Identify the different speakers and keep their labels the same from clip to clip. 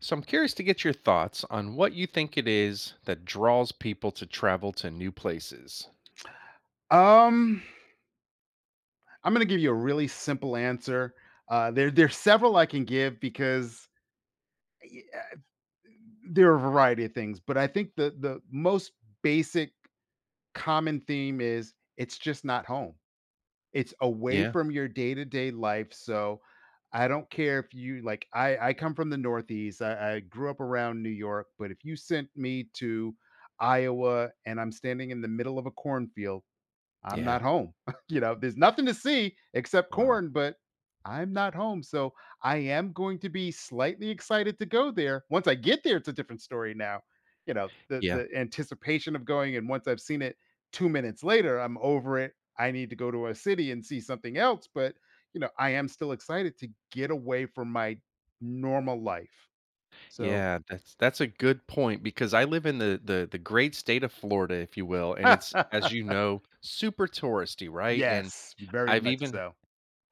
Speaker 1: So I'm curious to get your thoughts on what you think it is that draws people to travel to new places.
Speaker 2: Um, I'm gonna give you a really simple answer. There's several I can give because y- uh, there are a variety of things, but I think the most basic common theme is it's just not home. It's away
Speaker 1: Yeah.
Speaker 2: from your day to day life. So I don't care if you like. I come from the Northeast. I grew up around New York, but if you sent me to Iowa and I'm standing in the middle of a cornfield, I'm
Speaker 1: Yeah.
Speaker 2: not home. There's nothing to see except
Speaker 1: Wow.
Speaker 2: corn, but I'm not home. So I am going to be slightly excited to go there. Once I get there, it's a different story now. You know, the
Speaker 1: Yeah.
Speaker 2: the anticipation of going, and once I've seen it 2 minutes later, I'm over it. I need to go to a city and see something else, but you know, I am still excited to get away from my normal life. So
Speaker 1: Yeah, that's a good point because I live in the great state of Florida, if you will, and it's as you know, super touristy, right? And
Speaker 2: yes, very
Speaker 1: I've
Speaker 2: much
Speaker 1: even
Speaker 2: so.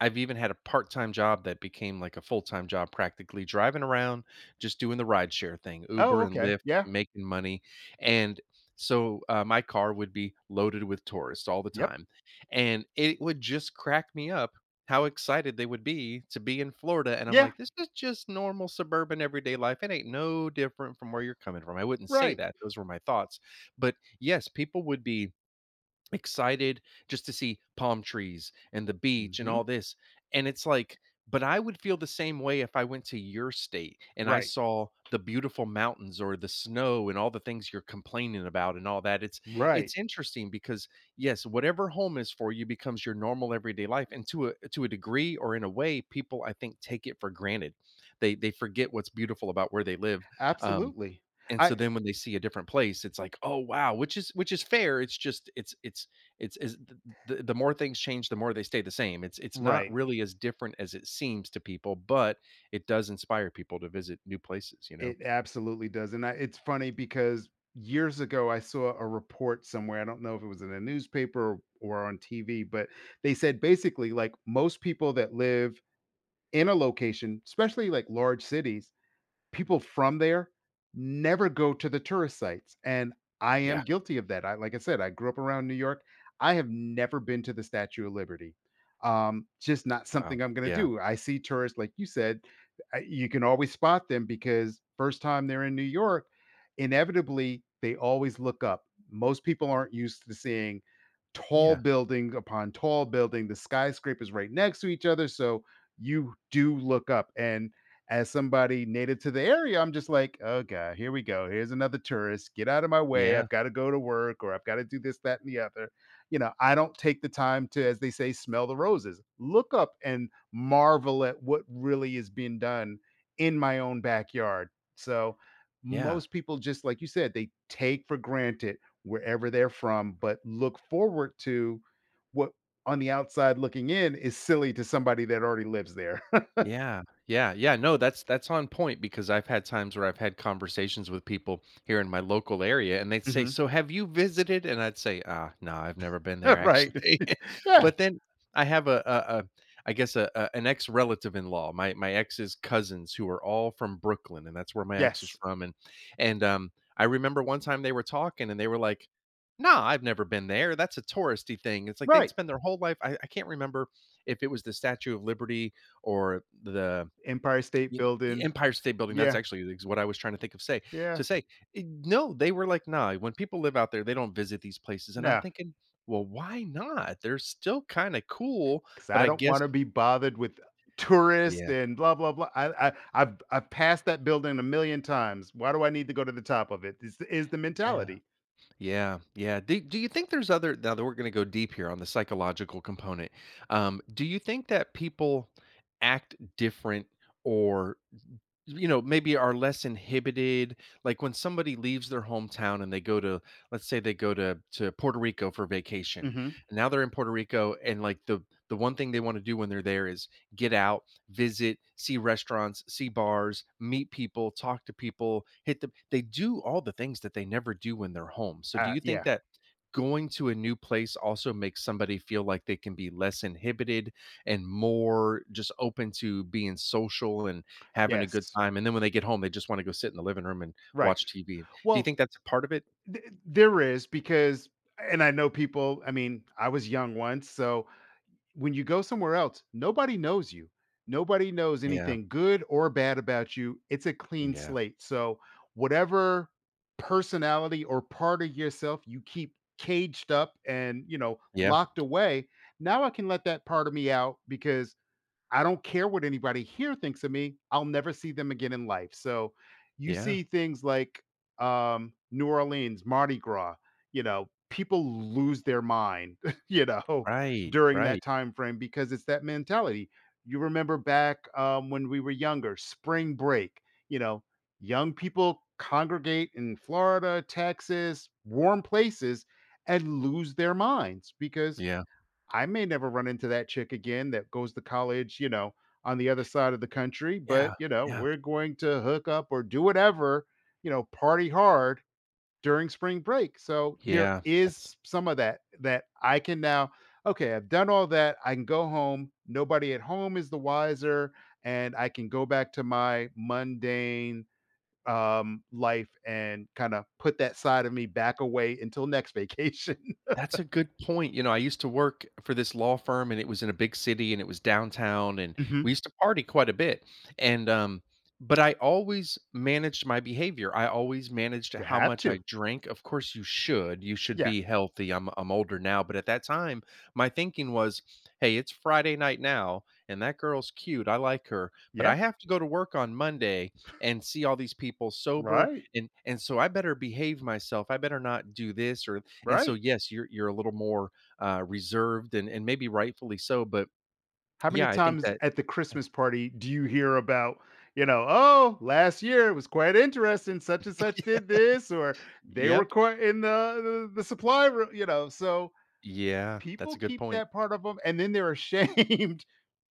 Speaker 1: I've even had a part-time job that became like a full-time job practically driving around, just doing the rideshare thing,
Speaker 2: Oh,
Speaker 1: Uber and
Speaker 2: okay.
Speaker 1: Lyft,
Speaker 2: Yeah.
Speaker 1: making money, and so, my car would be loaded with tourists all the
Speaker 2: Yep.
Speaker 1: time, and it would just crack me up how excited they would be to be in Florida, and I'm
Speaker 2: Yeah,
Speaker 1: like, "This is just normal suburban everyday life, it ain't no different from where you're coming from." I wouldn't say
Speaker 2: right.
Speaker 1: that, those were my thoughts, but yes, people would be excited just to see palm trees and the beach and
Speaker 2: Mhm.
Speaker 1: all this. And it's like, but I would feel the same way if I went to your state and I
Speaker 2: Right,
Speaker 1: saw the beautiful mountains or the snow and all the things you're complaining about and all that. It's
Speaker 2: right,
Speaker 1: it's interesting because yes, whatever home is for you becomes your normal everyday life. And to a degree or in a way, people I think take it for granted. They forget what's beautiful about where they live. Um,
Speaker 2: absolutely.
Speaker 1: and
Speaker 2: I
Speaker 1: so then when they see a different place, it's like, "Oh, wow," which is fair, it's just it's is the more things change, the more they stay the same. It's not
Speaker 2: right,
Speaker 1: really as different as it seems to people, but it does inspire people to visit new places, you know?
Speaker 2: it absolutely does, and I it's funny because years ago I saw a report somewhere. I don't know if it was in a newspaper or on TV, but they said basically, like, most people that live in a location, especially, like, large cities, people from there never go to the tourist sites, and I am
Speaker 1: Yeah,
Speaker 2: guilty of that. I like I said, I grew up around New York. I have never been to the Statue of Liberty. Just not
Speaker 1: wow.
Speaker 2: something I'm gonna
Speaker 1: Yeah.
Speaker 2: do. I see tourists, like you said, you can always spot them because first time they're in New York, inevitably they always look up. Most people aren't used to seeing tall
Speaker 1: Yeah.
Speaker 2: building upon tall building, the skyscrapers right next to each other. So you do look up. And as somebody native to the area, I'm just like, "Oh god, here we go. Here's another tourist. Get out of my way.
Speaker 1: Yeah.
Speaker 2: I've gotta go to work or I've gotta do this, that, and the other." You know, I don't take the time to, as they say, smell the roses. Look up and marvel at what really is being done in my own backyard. So,
Speaker 1: Yeah.
Speaker 2: most people just like you said, they take for granted wherever they're from, but look forward to what on the outside looking in is silly to somebody that already lives there.
Speaker 1: Yeah, yeah, yeah. No, that's on point because I've had times where I've had conversations with people here in my local area, and they'd say,
Speaker 2: Mhm.
Speaker 1: "So have you visited?" And I'd say, "Ah, no, I've never been there
Speaker 2: Right.
Speaker 1: actually."
Speaker 2: Yeah.
Speaker 1: But then I have a I guess a an ex relative in law, my ex's cousins who are all from Brooklyn, and that's where my ex was
Speaker 2: Yes.
Speaker 1: from, and and um, I remember one time they were talking, and they were like. Nah, I've never been there. That's a touristy thing. It's like they'd
Speaker 2: Right.
Speaker 1: spend their whole life. I can't remember if it was the Statue of Liberty or the
Speaker 2: Empire State
Speaker 1: you kn
Speaker 2: Building.
Speaker 1: Empire State Building, that's
Speaker 2: Yeah.
Speaker 1: actually is what I was trying to think of say
Speaker 2: Yeah.
Speaker 1: to say. Eh, no, they were like, "Nah, when people live out there, they don't visit these places," and I'm
Speaker 2: No,
Speaker 1: thinking, "Well, why not? They're still kinda cool,"
Speaker 2: because
Speaker 1: but
Speaker 2: I
Speaker 1: I
Speaker 2: don't
Speaker 1: guess.
Speaker 2: want to be bothered with tourists
Speaker 1: Yeah,
Speaker 2: and blah blah blah. I've passed that building a million times. Why do I need to go to the top of it? Is the
Speaker 1: yeah,
Speaker 2: mentality?
Speaker 1: yeah, yeah. Do you think there's other now that we're gonna go deep here on the psychological component, do you think that people act different or you know, maybe are less inhibited. Like when somebody leaves their hometown and they go to, let's say they go to Puerto Rico for vacation.
Speaker 2: Hmm.
Speaker 1: And now they're in Puerto Rico and like the one thing they want to do when they're there is get out, visit, see restaurants, see bars, meet people, talk to people, hit the they do all the things that they never do when they're home. So do you think
Speaker 2: Yeah.
Speaker 1: that going to a new place also makes somebody feel like they can be less inhibited and more just open to being social and having a good
Speaker 2: Yes.
Speaker 1: time, and then when they get home, they just wanna go sit in the living room and
Speaker 2: Right.
Speaker 1: watch TV. Do you
Speaker 2: Well,
Speaker 1: think that's a part of it?
Speaker 2: there is because, and I know people. I mean, I was young once, so when you go somewhere else, nobody knows you. Nobody knows
Speaker 1: Yeah,
Speaker 2: anything good or bad about you. It's a clean
Speaker 1: yeah,
Speaker 2: slate. So, whatever personality or part of yourself you keep caged up and, you know,
Speaker 1: yeah,
Speaker 2: locked away, now I can let that part of me out because I don't care what anybody here thinks of me. I'll never see them again in life. So you
Speaker 1: yeah,
Speaker 2: see things like New Orleans, Mardi Gras, you know, people lose their mind, you know,
Speaker 1: right,
Speaker 2: during that
Speaker 1: right,
Speaker 2: time frame because it's that mentality. You remember back when we were younger, spring break, you know, young people congregate in Florida, Texas, warm places and lose their minds because
Speaker 1: yeah,
Speaker 2: I may never run into that chick again that goes to college, you know, on the other side of the country, but,
Speaker 1: yeah,
Speaker 2: you know,
Speaker 1: yeah,
Speaker 2: we're going to hook up or do whatever, you know, party hard during spring break. So there
Speaker 1: yeah,
Speaker 2: is some of that that I can now, okay, I've done all that. I can go home. Nobody at home is the wiser. And I can go back to my mundane life and kind of put that side of me back away until next vacation.
Speaker 1: That's a good point. You know, I used to work for this law firm and it was in a big city and it was downtown and we
Speaker 2: Mhm.
Speaker 1: used to party quite a bit. And But I always managed my behavior. I always managed
Speaker 2: You
Speaker 1: how
Speaker 2: have
Speaker 1: much I
Speaker 2: to.
Speaker 1: drank. Of course you should. You should
Speaker 2: Yeah.
Speaker 1: be healthy. I'm older now, but at that time my thinking was, "Hey, it's Friday night now and that girl's cute. I like her, but
Speaker 2: Yeah.
Speaker 1: I have to go to work on Monday and see all these people sober
Speaker 2: Right,
Speaker 1: and so I better behave myself. I better not do this or and so,
Speaker 2: right.
Speaker 1: yes, you're a little more, reserved and maybe rightfully so, but
Speaker 2: How many
Speaker 1: yeah, I think
Speaker 2: times
Speaker 1: that.
Speaker 2: at the Christmas party do you hear about, you know, "Oh, last year it was quite interesting, such and such did this," or "They were
Speaker 1: Yep.
Speaker 2: quite in the supply room," you know, so
Speaker 1: Yeah, that's
Speaker 2: people
Speaker 1: a good
Speaker 2: keep
Speaker 1: point.
Speaker 2: that part of them, and then they're ashamed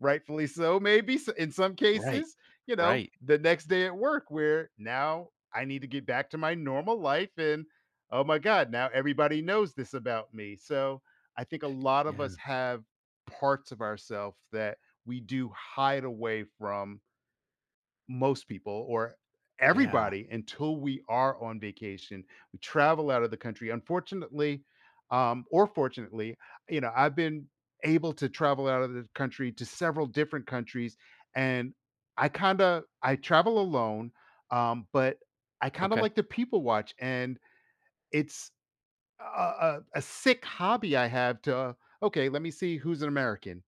Speaker 2: rightfully so, maybe in some
Speaker 1: Right,
Speaker 2: cases, you know,
Speaker 1: right.
Speaker 2: the next day at work where now I need to get back to my normal life. And oh my God, now everybody knows this about me. So I think a lot of us
Speaker 1: Yeah,
Speaker 2: have parts of ourselves that we do hide away from most people or
Speaker 1: yeah.
Speaker 2: everybody until we are on vacation. We travel out of the country. Unfortunately, or fortunately, you know, I've been able to travel out of the country to several different countries, and I kind of I travel alone, but I kind of
Speaker 1: Okay.
Speaker 2: like to people watch, and it's a sick hobby I have to. Okay, let me see who's an American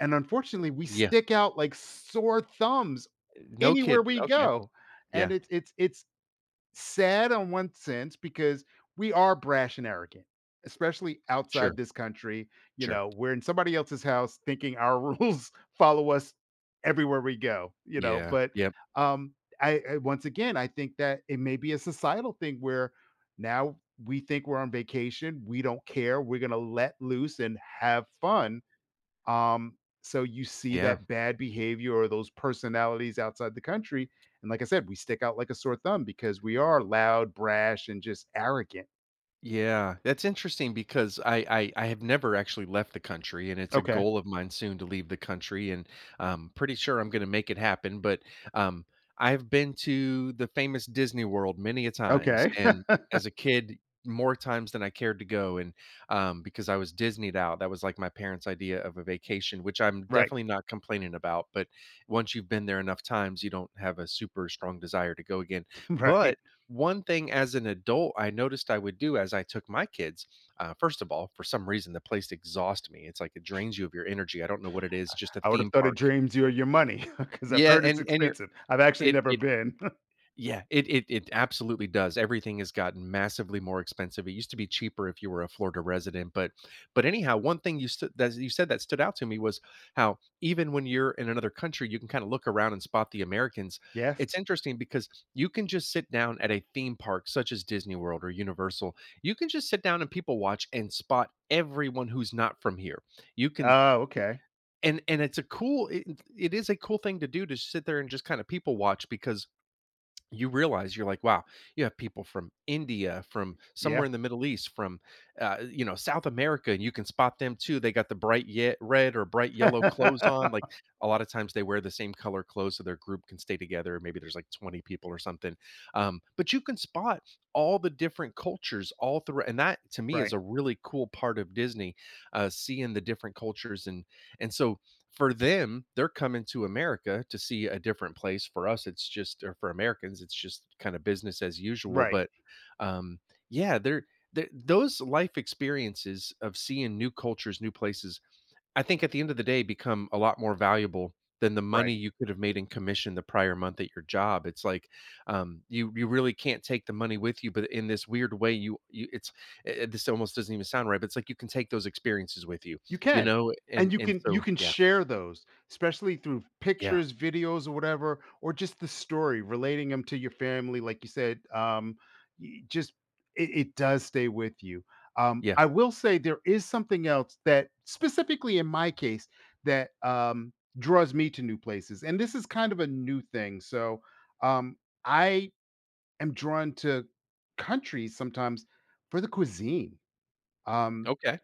Speaker 2: and unfortunately, we
Speaker 1: Yeah.
Speaker 2: stick out like sore thumbs
Speaker 1: No
Speaker 2: anywhere
Speaker 1: kidding.
Speaker 2: we
Speaker 1: Okay.
Speaker 2: go. And
Speaker 1: Yeah.
Speaker 2: it's sad on one sense because we are brash and arrogant, especially
Speaker 1: Sure,
Speaker 2: outside this country. You
Speaker 1: sure.
Speaker 2: know, we're in somebody else's house thinking our rules follow us everywhere we go, you know,
Speaker 1: Yeah.
Speaker 2: but
Speaker 1: Yep.
Speaker 2: um I once again I think that it may be a societal thing where now we think we're on vacation, we don't care, we're gonna let loose and have fun um, so you see
Speaker 1: Yeah.
Speaker 2: that bad behavior or those personalities outside the country, and like I said, we stick out like a sore thumb because we are loud, brash, and just arrogant.
Speaker 1: Yeah, that's interesting because I have never actually left the country, and it's a
Speaker 2: Okay.
Speaker 1: goal of mine soon to leave the country, and I'm pretty sure I'm going to make it happen. But um, I've been to the famous Disney World many a times,
Speaker 2: Okay.
Speaker 1: and as a kid, more times than I cared to go, and because I was Disneyed out, that was like my parents' idea of a vacation, which I'm
Speaker 2: Right.
Speaker 1: definitely not complaining about. But once you've been there enough times, you don't have a super strong desire to go again.
Speaker 2: Right.
Speaker 1: But one thing as an adult I noticed I would do as I took my kids, first of all, for some reason, the place exhausts me. It's like it drains you of your energy. I don't know what it is, just a
Speaker 2: I would have
Speaker 1: theme
Speaker 2: thought it
Speaker 1: park.
Speaker 2: dreams you of your money because I've
Speaker 1: Yeah,
Speaker 2: heard it's
Speaker 1: and you're
Speaker 2: expensive. I've actually
Speaker 1: it
Speaker 2: never
Speaker 1: it
Speaker 2: been.
Speaker 1: yeah, it absolutely does. Everything has gotten massively more expensive. It used to be cheaper if you were a Florida resident, but anyhow, one thing you said that stood out to me was how even when you're in another country, you can kind of look around and spot the Americans.
Speaker 2: Yes.
Speaker 1: It's interesting because you can just sit down at a theme park such as Disney World or Universal. You can just sit down and people watch and spot everyone who's not from here. You can
Speaker 2: Oh, okay.
Speaker 1: and it's a cool it, it is a cool thing to do to sit there and just kind of people watch because you realize you're like, wow, you have people from India, from
Speaker 2: Yeah.
Speaker 1: somewhere in the Middle East, from you know, South America, and you can spot them too. They got the red or bright yellow clothes on. Like a lot of times they wear the same color clothes so their group can stay together. Maybe there's like 20 people or something, but you can spot all the different cultures all through. And that to me is
Speaker 2: Right.
Speaker 1: a really cool part of Disney, seeing the different cultures and so for them, they're coming to America to see a different place. For us, it's just or for Americans, it's just kind of business as usual.
Speaker 2: Right.
Speaker 1: But um, yeah, they those life experiences of seeing new cultures, new places, I think at the end of the day become a lot more valuable than the
Speaker 2: Right.
Speaker 1: money you could have made in commission the prior month at your job. It's like you you really can't take the money with you, but in this weird way, you it's eh, eh, this almost doesn't even sound right, but it's like you can take those experiences with you,
Speaker 2: You
Speaker 1: you
Speaker 2: can,
Speaker 1: know.
Speaker 2: and
Speaker 1: And
Speaker 2: you
Speaker 1: so
Speaker 2: can
Speaker 1: yeah,
Speaker 2: share those, especially through
Speaker 1: yeah.
Speaker 2: pictures, videos, or whatever, or just the story, relating them to your family, like you said, y just it it does stay with you.
Speaker 1: Yeah.
Speaker 2: I will say there is something else that, specifically in my case, that, draws me to new places, and this is kind of a new thing, so, um, I am drawn to countries sometimes for the cuisine. Um,
Speaker 1: Okay.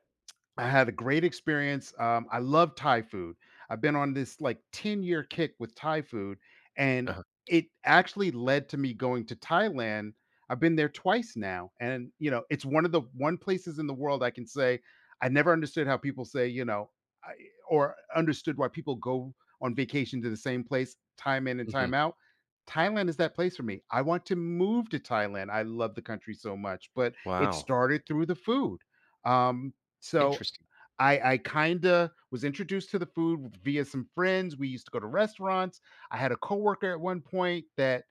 Speaker 2: I had a great experience. I love Thai food. I've been on this like 10-year kick with Thai food, and
Speaker 1: Uh-huh.
Speaker 2: it actually led to me going to Thailand. I've been there twice now, and, you know, it's one places in the world I can say I never understood how people say, you know, I or understood why people go on vacation to the same place time in and
Speaker 1: Mhm.
Speaker 2: time out. Thailand is that place for me. I want to move to Thailand. I love the country so much, but it
Speaker 1: Wow.
Speaker 2: started through the food. Um, so
Speaker 1: Interesting.
Speaker 2: I kind of was introduced to the food via some friends. We used to go to restaurants. I had a coworker at one point that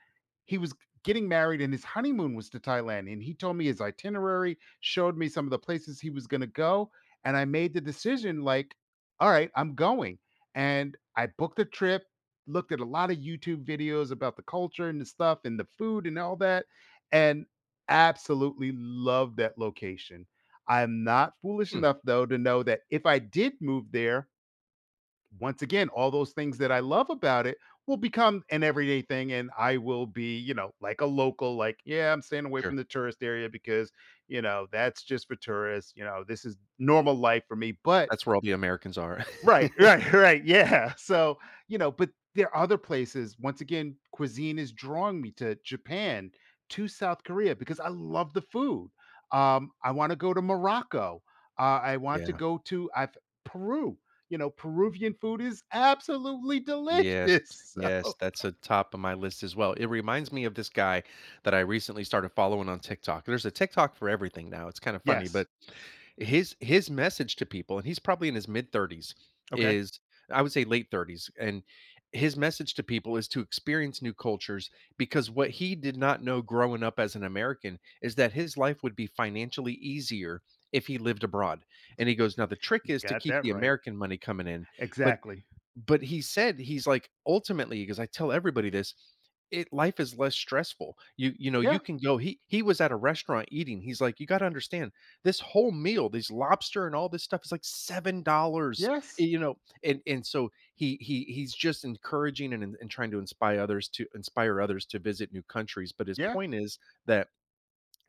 Speaker 2: he was getting married and his honeymoon was to Thailand, and he told me his itinerary, showed me some of the places he was going to go, and I made the decision like, all right, I'm going. And I booked the trip, looked at a lot of YouTube videos about the culture and the stuff and the food and all that and absolutely loved that location. I'm not foolish
Speaker 1: Hmm.
Speaker 2: enough, though, to know that if I did move there, once again, all those things that I love about it will become an everyday thing. And I will be, you know, like a local, like, yeah, I'm staying away
Speaker 1: Sure.
Speaker 2: from the tourist area because, you know, that's just for tourists. You know, this is normal life for me. But
Speaker 1: That's where all the Americans are.
Speaker 2: right, right, right, yeah. So, you know, but there are other places, once again, cuisine is drawing me to Japan, to South Korea, because I love the food. I wanna go to Morocco. I want to
Speaker 1: Yeah.
Speaker 2: go to I've Peru. You know, Peruvian food is absolutely delicious,
Speaker 1: Yes,
Speaker 2: so
Speaker 1: yes, that's a top of my list as well. It reminds me of this guy that I recently started following on TikTok. There's a TikTok for everything now. It's kind of funny,
Speaker 2: yes.
Speaker 1: but his message to people, and he's probably in his mid 30s,
Speaker 2: Okay.
Speaker 1: is I would say late 30s, and his message to people is to experience new cultures because what he did not know growing up as an American is that his life would be financially easier if he lived abroad. And he goes, now the trick
Speaker 2: You
Speaker 1: is to
Speaker 2: got
Speaker 1: keep
Speaker 2: that
Speaker 1: the
Speaker 2: right.
Speaker 1: American money coming in, but
Speaker 2: Exactly.
Speaker 1: he said he's like, "Ultimately," because "I tell everybody this, it life is less stressful. You know,
Speaker 2: Yeah.
Speaker 1: you can go" he was at a restaurant eating, he's like, "You gotta understand, this whole meal, these lobster and all this stuff is like $7."
Speaker 2: Yes.
Speaker 1: You know, and so he's just encouraging and trying to inspire others to inspire others to visit new countries, but his
Speaker 2: Yeah.
Speaker 1: point is that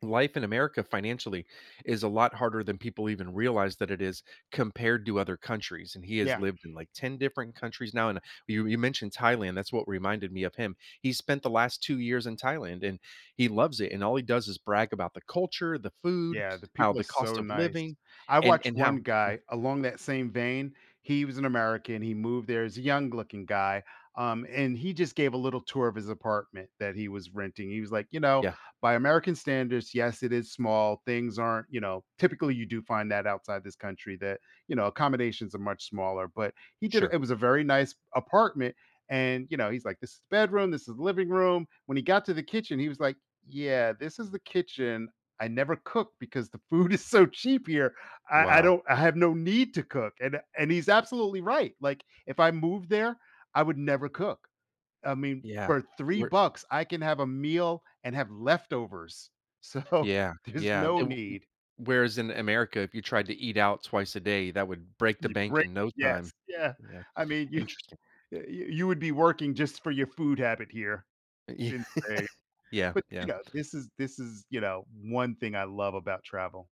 Speaker 1: life in America financially is a lot harder than people even realize that it is compared to other countries. And he has
Speaker 2: Yeah.
Speaker 1: lived in like 10 different countries now. And you mentioned Thailand. That's what reminded me of him. He spent the last 2 years in Thailand and he loves it. And all he does is brag about the culture, the food,
Speaker 2: Yeah, the
Speaker 1: how
Speaker 2: people are
Speaker 1: the
Speaker 2: so
Speaker 1: cost of
Speaker 2: nice.
Speaker 1: living
Speaker 2: I
Speaker 1: and,
Speaker 2: watched one
Speaker 1: how, yeah,
Speaker 2: guy along that same vein. He was an American. He moved there as a young looking guy. And he just gave a little tour of his apartment that he was renting. He was like, you know,
Speaker 1: yeah,
Speaker 2: by American standards, yes, it is small. Things aren't, you know, typically you do find that outside this country that, you know, accommodations are much smaller. But he did, it
Speaker 1: sure.
Speaker 2: was a very nice apartment. And, you know, he's like, this is the bedroom, this is the living room. When he got to the kitchen, he was like, yeah, this is the kitchen. I never cook because the food is so cheap here. I
Speaker 1: Wow.
Speaker 2: don't I have no need to cook. And he's absolutely right. Like if I moved there, I would never cook. I mean,
Speaker 1: Yeah.
Speaker 2: for three
Speaker 1: We're,
Speaker 2: bucks, I can have a meal and have leftovers. So
Speaker 1: yeah.
Speaker 2: there's
Speaker 1: Yeah.
Speaker 2: no need.
Speaker 1: Whereas in America, if you tried to eat out twice a day, that would break the
Speaker 2: You
Speaker 1: bank
Speaker 2: break
Speaker 1: in no
Speaker 2: yes,
Speaker 1: time.
Speaker 2: yeah.
Speaker 1: Yeah.
Speaker 2: I mean,
Speaker 1: Interesting.
Speaker 2: you would be working just for your food habit here. It's
Speaker 1: Yeah,
Speaker 2: insane.
Speaker 1: yeah,
Speaker 2: But you
Speaker 1: yeah.
Speaker 2: know, this is, you know, one thing I love about travel.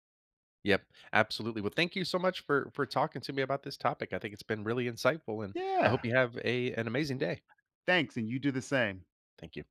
Speaker 1: Yep, absolutely. Well, thank you so much for talking to me about this topic. I think it's been really insightful, and I
Speaker 2: Yeah.
Speaker 1: hope you have a an amazing day.
Speaker 2: Thanks. And you do the same.
Speaker 1: Thank you.